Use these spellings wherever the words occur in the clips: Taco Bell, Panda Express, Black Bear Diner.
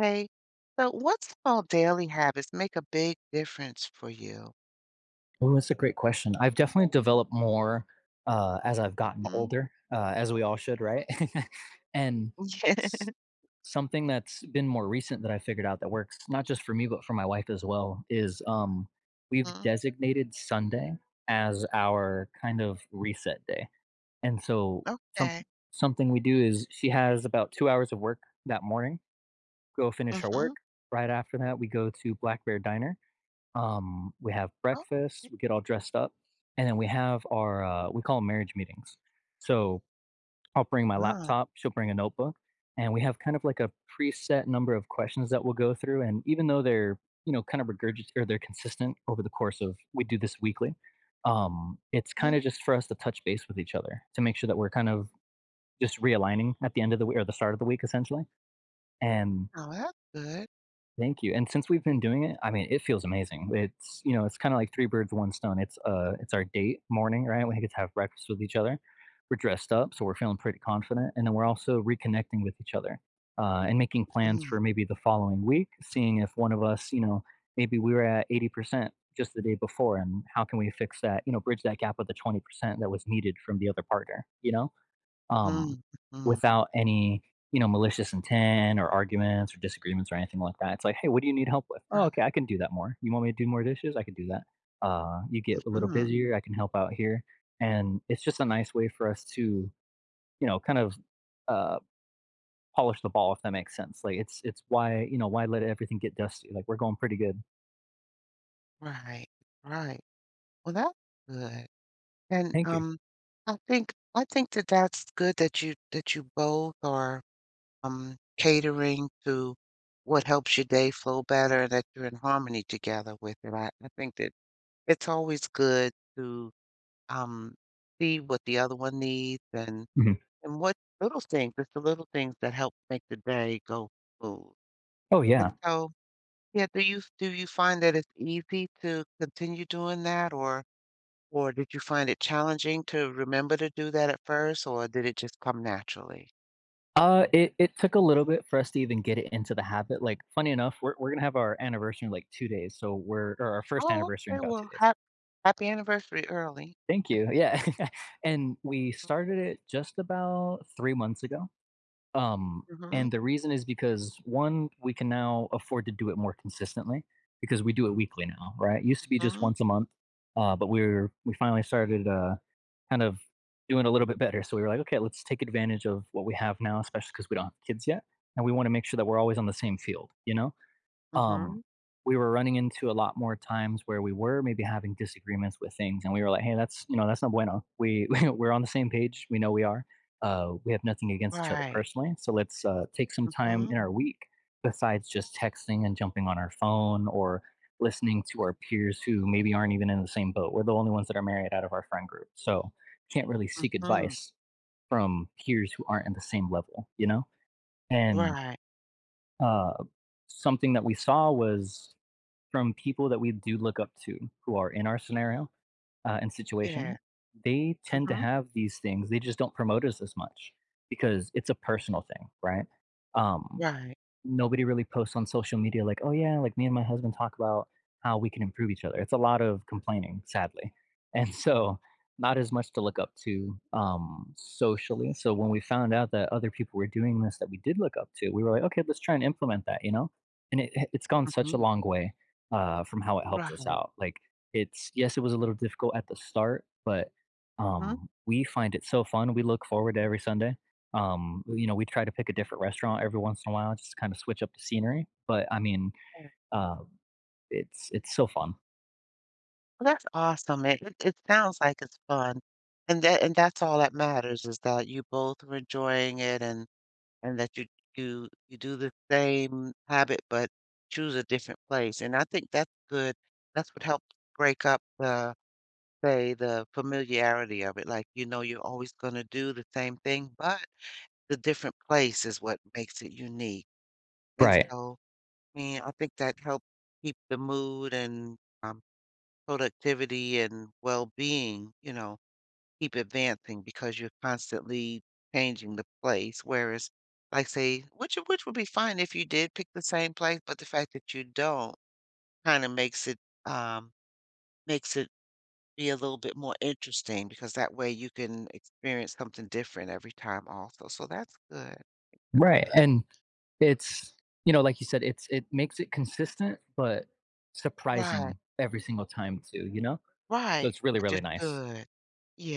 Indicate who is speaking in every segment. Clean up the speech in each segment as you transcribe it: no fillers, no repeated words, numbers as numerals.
Speaker 1: Okay. So what small daily habits make a big difference for you?
Speaker 2: Oh, that's a great question. I've definitely developed more, as I've gotten
Speaker 1: Mhm.
Speaker 2: older, as we all should, right? and
Speaker 1: Yeah.
Speaker 2: s-
Speaker 1: Mhm.
Speaker 2: something that's been more recent that I figured out that works, not just for me, but for my wife as well, is we've designated Sunday as our kind of reset day. And so some,
Speaker 1: Okay.
Speaker 2: something we do is she has about 2 hours of work that morning, go finish her
Speaker 1: Mhm.
Speaker 2: work. Right after that, we go to Black Bear Diner, we have
Speaker 1: Oh,
Speaker 2: breakfast,
Speaker 1: okay.
Speaker 2: we get all dressed up, and then we have our we call 'em marriage meetings. So I'll bring my
Speaker 1: Uh,
Speaker 2: laptop, she'll bring a notebook, and we have kind of like a preset number of questions that we'll go through. And even though they're, you know, kind of regurgitated or they're consistent over the course of, we do this weekly, it's
Speaker 1: mm,
Speaker 2: kind of just for us to touch base with each other to make sure that we're kind of just realigning at the end of the week or the start of the week essentially. And
Speaker 1: oh, that's good.
Speaker 2: thank you, and since we've been doing it, I mean, it feels amazing. It's, you know, it's kinda like 3 birds, 1 stone. It's our date morning, right? We get to have breakfast with each other. We're dressed up, so we're feeling pretty confident, and then we're also reconnecting with each other, and making plans
Speaker 1: Mhm,
Speaker 2: for maybe the following week, seeing if one of us, you know, maybe we were at 80% just the day before, and how can we fix that, you know, bridge that gap with the 20% that was needed from the other partner, you know? um,
Speaker 1: mhm, mhm.
Speaker 2: without any, malicious intent or arguments or disagreements or anything like that. It's like, "Hey, what do you need help with?" "Oh, okay,
Speaker 1: Right.
Speaker 2: I can do that more. You want me to do more dishes? I can do that. You get a little
Speaker 1: Mhm.
Speaker 2: busier, I can help out here." And it's just a nice way for us to, you know, kind of, uh, polish the ball, if that makes sense. Like, it's why, you know, why let everything get dusty? Like, we're going pretty good.
Speaker 1: Right. Right. Well, that's good. And
Speaker 2: "Thank you."
Speaker 1: um, I think that that's good that you both are catering to what helps your day flow better, that you're in harmony together with it. I think that it's always good to, um, see what the other one needs
Speaker 2: Mhm.
Speaker 1: and what little things, it's the little things that help make the day go smooth.
Speaker 2: Oh,
Speaker 1: And
Speaker 2: yeah.
Speaker 1: so, yeah, do you find that it's easy to continue doing that, or did you find it challenging to remember to do that at first, or did it just come naturally?
Speaker 2: It took a little bit for us to even get it into the habit, like, funny enough, we're gonna have our anniversary in, like, 2 days, so we're, or our 1st
Speaker 1: Oh,
Speaker 2: anniversary in
Speaker 1: okay.
Speaker 2: about 2
Speaker 1: Well,
Speaker 2: days.
Speaker 1: happy anniversary early.
Speaker 2: Thank you, yeah, and we started it just about 3 months ago,
Speaker 1: Mm.
Speaker 2: and the reason is because one, we can now afford to do it more consistently because we do it weekly now, right? It used to be just
Speaker 1: Mhm,
Speaker 2: once a month, but we finally started, kind of doing a little bit better. So we were like, okay, let's take advantage of what we have now, especially because we don't have kids yet, and we want to make sure that we're always on the same field, you know.
Speaker 1: mhm,
Speaker 2: Um,
Speaker 1: mhm.
Speaker 2: we were running into a lot more times where we were maybe having disagreements with things, and we were like, "Hey, that's, you know, that's not bueno. We we're on the same page. We know we are. We have nothing against each other
Speaker 1: Right.
Speaker 2: personally, so let's, take some time
Speaker 1: Mm.
Speaker 2: in our week besides just texting and jumping on our phone or listening to our peers who maybe aren't even in the same boat. We're the only ones that are married out of our friend group, so can't really
Speaker 1: Mhm,
Speaker 2: seek
Speaker 1: mm, mhm.
Speaker 2: advice from peers who aren't in the same level, you know. And,
Speaker 1: Right.
Speaker 2: uh, something that we saw was from people that we do look up to who are in our scenario, and
Speaker 1: Yeah.
Speaker 2: situation, they
Speaker 1: Mm.
Speaker 2: tend to
Speaker 1: Mhm.
Speaker 2: have these things. They just don't promote us as much because it's a personal thing, right? Um,
Speaker 1: Right.
Speaker 2: nobody really posts on social media like, "Oh, yeah, like, me and my husband talk about how we can improve each other." It's a lot of complaining, sadly. And so, not as much to look up to, socially. So when we found out that other people were doing this that we did look up to, we were like, "Okay, let's try and implement that," you know? And it's gone such a
Speaker 1: Mhm.
Speaker 2: long way, from how it helps
Speaker 1: Right.
Speaker 2: us
Speaker 1: Yeah.
Speaker 2: out. Like, it's, yes, it was a little difficult at the start, but,
Speaker 1: Mhm.
Speaker 2: we find it so fun. We look forward to every Sunday. You know, we try to pick a different restaurant every once in a while just to kind of switch up the scenery. But I mean, uh, it's so fun.
Speaker 1: Well, that's awesome. It sounds like it's fun. And that and that's all that matters is that you both are enjoying it and that you do the same habit, but choose a different place. And I think that's good. That's what helps break up the, say, the familiarity of it. Like, you know, you're always gonna do the same thing, but the different place is what makes it unique. And
Speaker 2: Right.
Speaker 1: so, I mean, I think that helps keep the mood and, um productivity and well-being, you know, keep advancing because you're constantly changing the place. Whereas, like say, which would be fine if you did pick the same place, but the fact that you don't kind of um makes it be a little bit more interesting because that way you can experience something different every time also. So that's good. That's
Speaker 2: Right.
Speaker 1: good.
Speaker 2: And it's, you know, like you said, it's it makes it consistent but
Speaker 1: Right.
Speaker 2: surprising every single time too, you know? So
Speaker 1: Right.
Speaker 2: it's really,
Speaker 1: Which is
Speaker 2: really nice.
Speaker 1: good.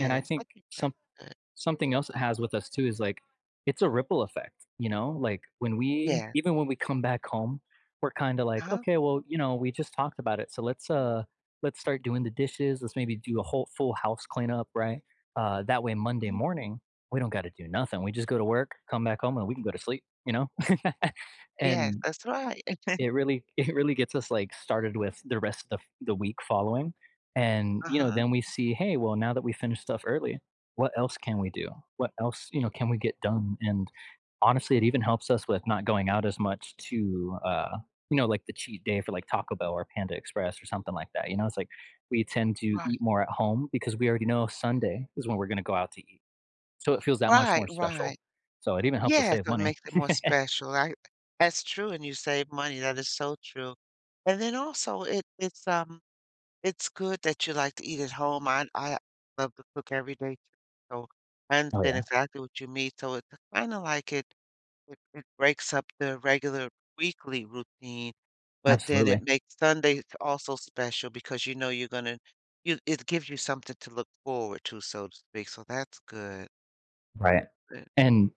Speaker 2: And I think
Speaker 1: I think that's
Speaker 2: some
Speaker 1: good.
Speaker 2: something else it has with us too is like it's a ripple effect, you know? Like when we,
Speaker 1: Yes.
Speaker 2: even when we come back home, we're kind of like,
Speaker 1: Uh-huh.
Speaker 2: okay, well, you know, we just talked about it. So let's start doing the dishes. Let's maybe do a whole full house cleanup, right? Uh, that way Monday
Speaker 1: Mhm.
Speaker 2: morning, we don't got to do nothing. We just go to work, come back home, and we can go to sleep, you know?
Speaker 1: Yes,
Speaker 2: and
Speaker 1: that's right.
Speaker 2: it really it really gets us, like, started with the rest of the week following, and, you know,
Speaker 1: Uh-huh.
Speaker 2: then we see, "Hey, well, now that we finished stuff early, what else can we do? What else, you know, can we get done?" And, honestly, it even helps us with not going out as much to, you know, like, the cheat day for, like, Taco Bell or Panda Express or something like that, you know, it's like, we tend to eat
Speaker 1: Right,
Speaker 2: more at home because we already know Sunday is when we're gonna go out to eat, so it feels that much
Speaker 1: right,
Speaker 2: more special.
Speaker 1: right.
Speaker 2: So it even helps us
Speaker 1: Yes,
Speaker 2: save
Speaker 1: so it
Speaker 2: money.
Speaker 1: makes it more special, I that's true, and you save money, that is so true. And then also it's it's good that you like to eat at home, I love to cook every day too, so I
Speaker 2: Oh,
Speaker 1: understand
Speaker 2: yeah,
Speaker 1: exactly what you mean, so it's kinda like it breaks up the regular weekly routine, but then it
Speaker 2: absolutely.
Speaker 1: makes Sunday also special because you know you're gonna you it gives you something to look forward to, so to speak, so that's good.
Speaker 2: Right. And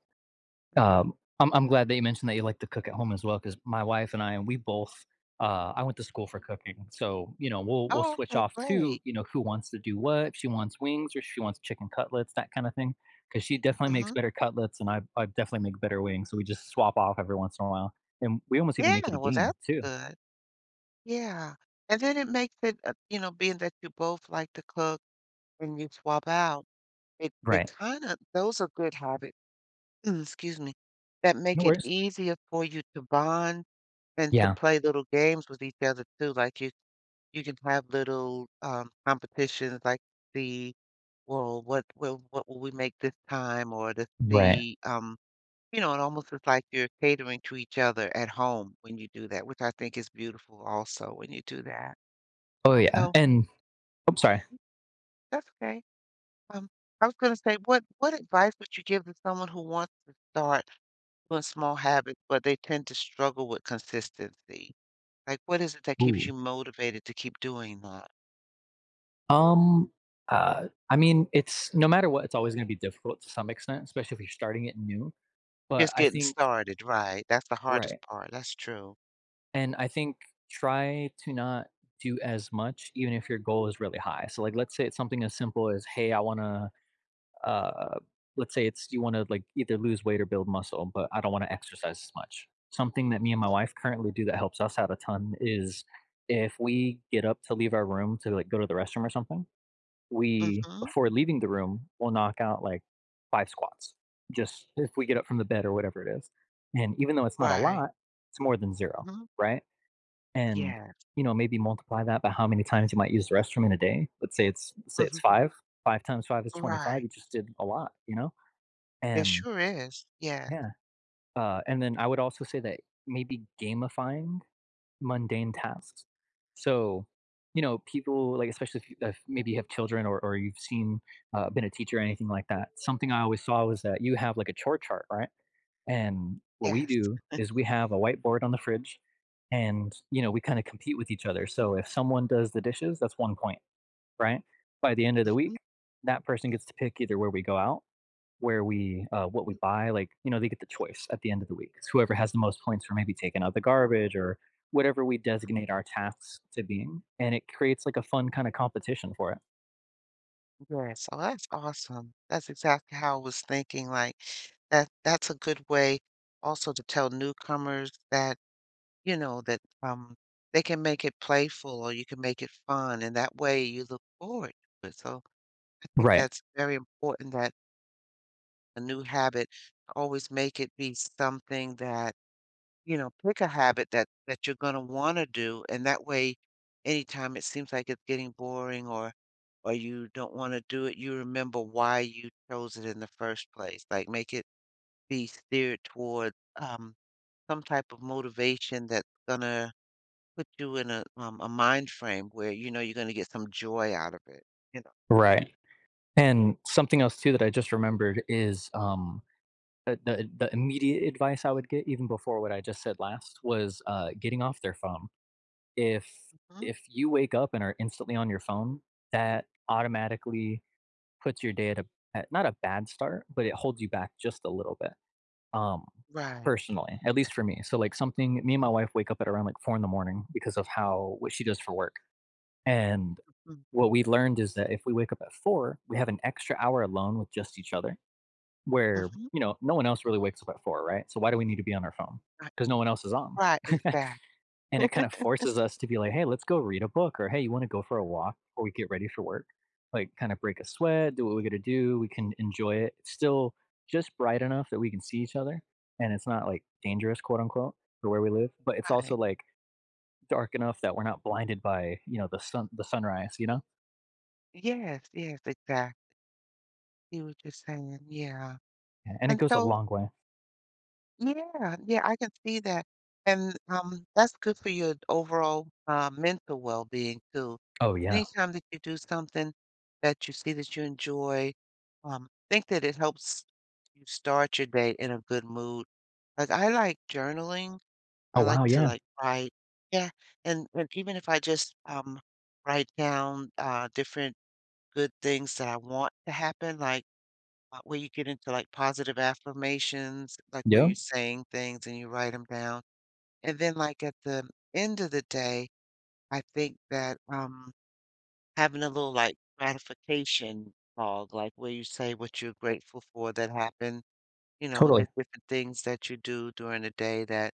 Speaker 2: um, I'm glad that you mentioned that you like to cook at home as well, because my wife and I, we both, I went to school for cooking, so, you know, we'll
Speaker 1: Oh,
Speaker 2: switch
Speaker 1: okay,
Speaker 2: off too,
Speaker 1: great.
Speaker 2: you know, who wants to do what, if she wants wings or she wants chicken cutlets, that kinda thing, because she definitely makes
Speaker 1: Mhm.
Speaker 2: better cutlets and I definitely make better wings, so we just swap off every once in a while, and we almost even
Speaker 1: Yeah,
Speaker 2: make it a
Speaker 1: well, that's
Speaker 2: game too.
Speaker 1: good. Yeah, and then it makes it, you know, being that you both like to cook and you swap out, it
Speaker 2: Right.
Speaker 1: kinda those are good habits, excuse me, that
Speaker 2: No
Speaker 1: make it
Speaker 2: worries.
Speaker 1: easier for you to bond and to
Speaker 2: Yeah.
Speaker 1: play little games with each other too, like you can have little, competitions like the, "Well, what will we make this time?" or to
Speaker 2: Right.
Speaker 1: see, you know, it almost is like you're catering to each other at home when you do that, which I think is beautiful also when you do that.
Speaker 2: Oh,
Speaker 1: And
Speaker 2: yeah,
Speaker 1: so
Speaker 2: and oops, sorry.
Speaker 1: that's okay. Um, I was going to say, what advice would you give to someone who wants to start doing small habits, but they tend to struggle with consistency? Like, what is it that keeps you motivated to keep doing that?
Speaker 2: Um, I mean, it's, no matter what, it's always gonna be difficult to some extent, especially if you're starting it new, but
Speaker 1: Just
Speaker 2: I
Speaker 1: getting
Speaker 2: think
Speaker 1: started, right? That's the
Speaker 2: right,
Speaker 1: hardest part. That's true.
Speaker 2: and I think try to not do as much even if your goal is really high. So, like, let's say it's something as simple as, "Hey, I wanna," uh, let's say it's you wanna, like, either lose weight or build muscle, but I don't wanna exercise as much. Something that me and my
Speaker 1: Mm,
Speaker 2: wife currently do that helps us out a ton is if we get up to leave our room to, like, go to the restroom or something, we,
Speaker 1: Mm-hmm.
Speaker 2: before leaving the room, will knock out like 5 squats just if we get up from the bed or whatever it is, and even though it's not a
Speaker 1: Right.
Speaker 2: lot, it's more than zero,
Speaker 1: Mm-hmm.
Speaker 2: right? And,
Speaker 1: Yeah.
Speaker 2: you know, maybe multiply that by how many times you might use the restroom in a day. Let's say it's say
Speaker 1: Mm-hmm.
Speaker 2: it's 5. 5 times 5 is 25.
Speaker 1: Right.
Speaker 2: You just did a lot, you know?
Speaker 1: It
Speaker 2: And
Speaker 1: sure is. Yeah.
Speaker 2: yeah, and then I would also say that maybe gamifying mundane tasks. So, you know, people like, especially if, you, if maybe you have children or you've seen, been a teacher or anything like that. Something I always saw was that you have like a chore chart, right? And what we
Speaker 1: Yes.
Speaker 2: do is we have a whiteboard on the fridge, and you know, we kind of compete with each other. So if someone does the dishes, that's 1 point, right? By the end of the
Speaker 1: Mm-hmm.
Speaker 2: week, that person gets to pick either where we go out, where we what we buy, like, you know, they get the choice at the end of the week. It's whoever has the most points for maybe taking out the garbage or whatever we
Speaker 1: Mm-hmm.
Speaker 2: designate our tasks to being. And it creates like a fun kind of competition for it.
Speaker 1: Yes. Oh, that's awesome. That's exactly how I was thinking, like, that that's a good way also to tell newcomers that, you know, that, they can make it playful or you can make it fun, and that way you look forward to it. So, I think
Speaker 2: Right.
Speaker 1: that's very important that a new habit always make it be something that you know, pick a habit that that you're gonna wanna do, and that way, anytime it seems like it's getting boring or you don't wanna do it, you remember why you chose it in the first place. Like, make it be steered toward, some type of motivation that's gonna put you in a mind frame where you know you're gonna get some joy out of it, you know?
Speaker 2: Right. And something else too that I just remembered is the immediate advice I would get even before what I just said last was uh, getting off their phone. If
Speaker 1: Mhm.
Speaker 2: if you wake up and are instantly on your phone, that automatically puts your day at a, at not a bad start, but it holds you back just a little bit, um,
Speaker 1: Right.
Speaker 2: personally, at least for me. So, like, something, me and my wife wake up at around, like, 4 in the morning because of how, what she does for work, and
Speaker 1: Mm.
Speaker 2: what we learned is that if we wake up at 4, we have an extra hour alone with just each other where,
Speaker 1: Mhm.
Speaker 2: you know, no one else really wakes up at 4, right? So why do we need to be on our phone? Because no one else is on.
Speaker 1: Right, exact
Speaker 2: And it kind of forces us to be like, "Hey, let's go read a book," or, "Hey, you wanna go for a walk before we get ready for work?" Like, kinda break a sweat, do what we gotta do, we can enjoy it. It's still just bright enough that we can see each other, and it's not, like, "dangerous," quote, unquote, for where we live, but it's also,
Speaker 1: right.
Speaker 2: like, dark enough that we're not blinded by, you know, the sun, the sunrise, you know?
Speaker 1: Yes, yes, exact you were just saying, yeah.
Speaker 2: A, and it
Speaker 1: And
Speaker 2: goes a
Speaker 1: so,
Speaker 2: long way.
Speaker 1: yeah, yeah, I can see that. And that's good for your overall mental well-being too.
Speaker 2: Oh, yeah.
Speaker 1: Anytime that you do something that you see that you enjoy, think that it helps you start your day in a good mood. Like I like journaling.
Speaker 2: Oh,
Speaker 1: I like
Speaker 2: wow,
Speaker 1: to
Speaker 2: yeah.
Speaker 1: like write. Yeah. And even if I just write down different good things that I want to happen, like, where you get into, like, positive affirmations, like, where
Speaker 2: Yeah,
Speaker 1: you're saying things and you write them down, and then, like, at the end of the day, I think that, having a little, like, gratification log, like, where you say what you're grateful for that happened, you know,
Speaker 2: totally.
Speaker 1: there's different things that you do during the day that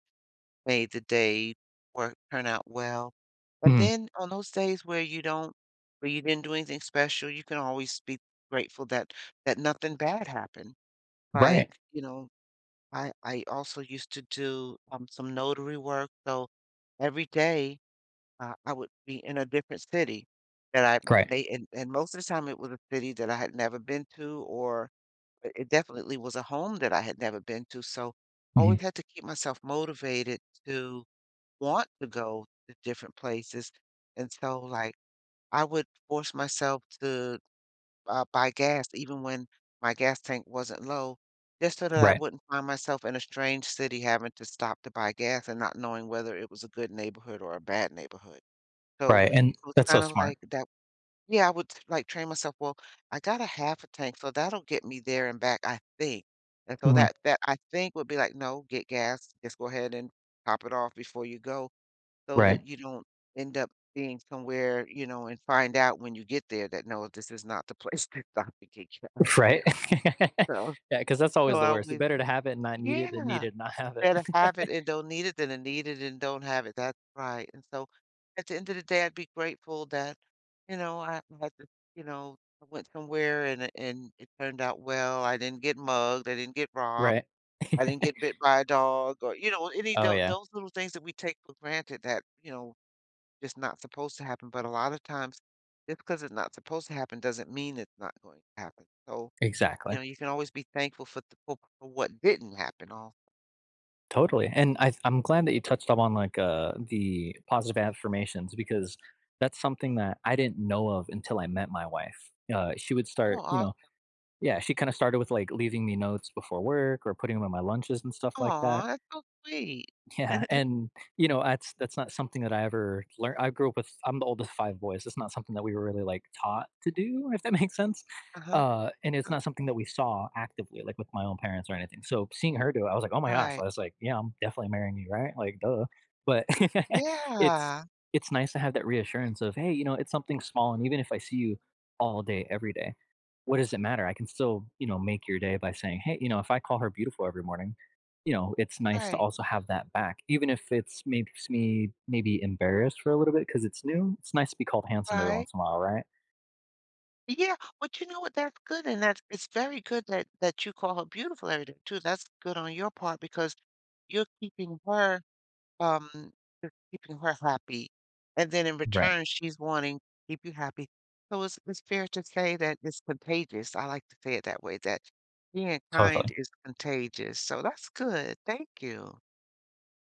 Speaker 1: made the day work turn out well. But
Speaker 2: Mhm.
Speaker 1: then on those days where you don't where you didn't do anything special, you can always be grateful that that nothing bad happened.
Speaker 2: Right.
Speaker 1: Like, you know, I also used to do some notary work, so every day I would be in a different city that I
Speaker 2: Right.
Speaker 1: may and most of the time it was a city that I had never been to or it definitely was a home that I had never been to. So I
Speaker 2: Mhm.
Speaker 1: always had to keep myself motivated to want to go to different places. And so, like, I would force myself to buy gas even when my gas tank wasn't low, just so that I
Speaker 2: Right.
Speaker 1: wouldn't find myself in a strange city having to stop to buy gas and not knowing whether it was a good neighborhood or a bad neighborhood. So
Speaker 2: Right, and
Speaker 1: it was
Speaker 2: that's so
Speaker 1: kind of
Speaker 2: smart.
Speaker 1: like that. Yeah, I would like train myself. Well, I got a half a tank, so that'll get me there and back, I think. And so
Speaker 2: Mhm.
Speaker 1: that that I think would be like, no, get gas, just go ahead and top it off before you go so
Speaker 2: Right.
Speaker 1: that you don't end up being somewhere, you know, and find out when you get there that, no, this is not the place to stop and get gas, you
Speaker 2: Right?
Speaker 1: know? So,
Speaker 2: Yeah, because that's
Speaker 1: so
Speaker 2: always the
Speaker 1: I
Speaker 2: worst. It's
Speaker 1: would
Speaker 2: better to have it and not need it than need
Speaker 1: yeah,
Speaker 2: it and not have it.
Speaker 1: better have it and don't need it than to need it and don't have it. That's right. And so at the end of the day, I'd be grateful that, you know, I had to, you know, I went somewhere and it turned out well. I didn't get mugged. I didn't get robbed.
Speaker 2: Right.
Speaker 1: I didn't get bit by a dog or, you know, any
Speaker 2: Oh, yeah.
Speaker 1: those little things that we take for granted that, you know, it's not supposed to happen, but a lot of times, just because it's not supposed to happen doesn't mean it's not going to happen. So, you
Speaker 2: Exactly.
Speaker 1: know, you can always be thankful for the for what didn't happen al
Speaker 2: Totally, and I'm glad that you touched up on, like, the positive affirmations because that's something that I didn't know of until I met my wife. She would start, you
Speaker 1: oh,
Speaker 2: know, yeah, she kinda started with, like, leaving me notes before work or putting them in my lunches and stuff like that,
Speaker 1: oh, that's so sweet.
Speaker 2: yeah, and, you know, that's not something that I ever learned. I grew up with, I'm the oldest of 5 boys, it's not something that we were really, like, taught to do, if that makes sense,
Speaker 1: Uh-huh,
Speaker 2: and it's
Speaker 1: huh.
Speaker 2: not something that we saw actively, like, with my own parents or anything, so seeing her do it, I was like, "Oh my gosh,"
Speaker 1: Right.
Speaker 2: I was like, "Yeah, I'm definitely marrying you, right? Like, duh," but it's
Speaker 1: Yeah,
Speaker 2: it's nice to have that reassurance of, "Hey, you know, it's something small, and even if I see you all day, every day, what does it matter? I can still, you know, make your day by saying hey, you know, if I call her beautiful every morning, you know, it's nice to
Speaker 1: right,
Speaker 2: also have that back, even if it's, makes me maybe embarrassed for a little bit because it's new. It's nice to be called handsome every
Speaker 1: right.
Speaker 2: once in a while, right?
Speaker 1: Yeah, but you know what, that's good, and that's it's very good that that you call her beautiful every day too, that's good on your part because you're keeping her um, just keeping her happy. And then in
Speaker 2: Right.
Speaker 1: return, she's wanting to keep you happy. So it's fair to say that it's contagious. I like to say it that way, that being kind
Speaker 2: Totally.
Speaker 1: is contagious. So that's good. Thank you.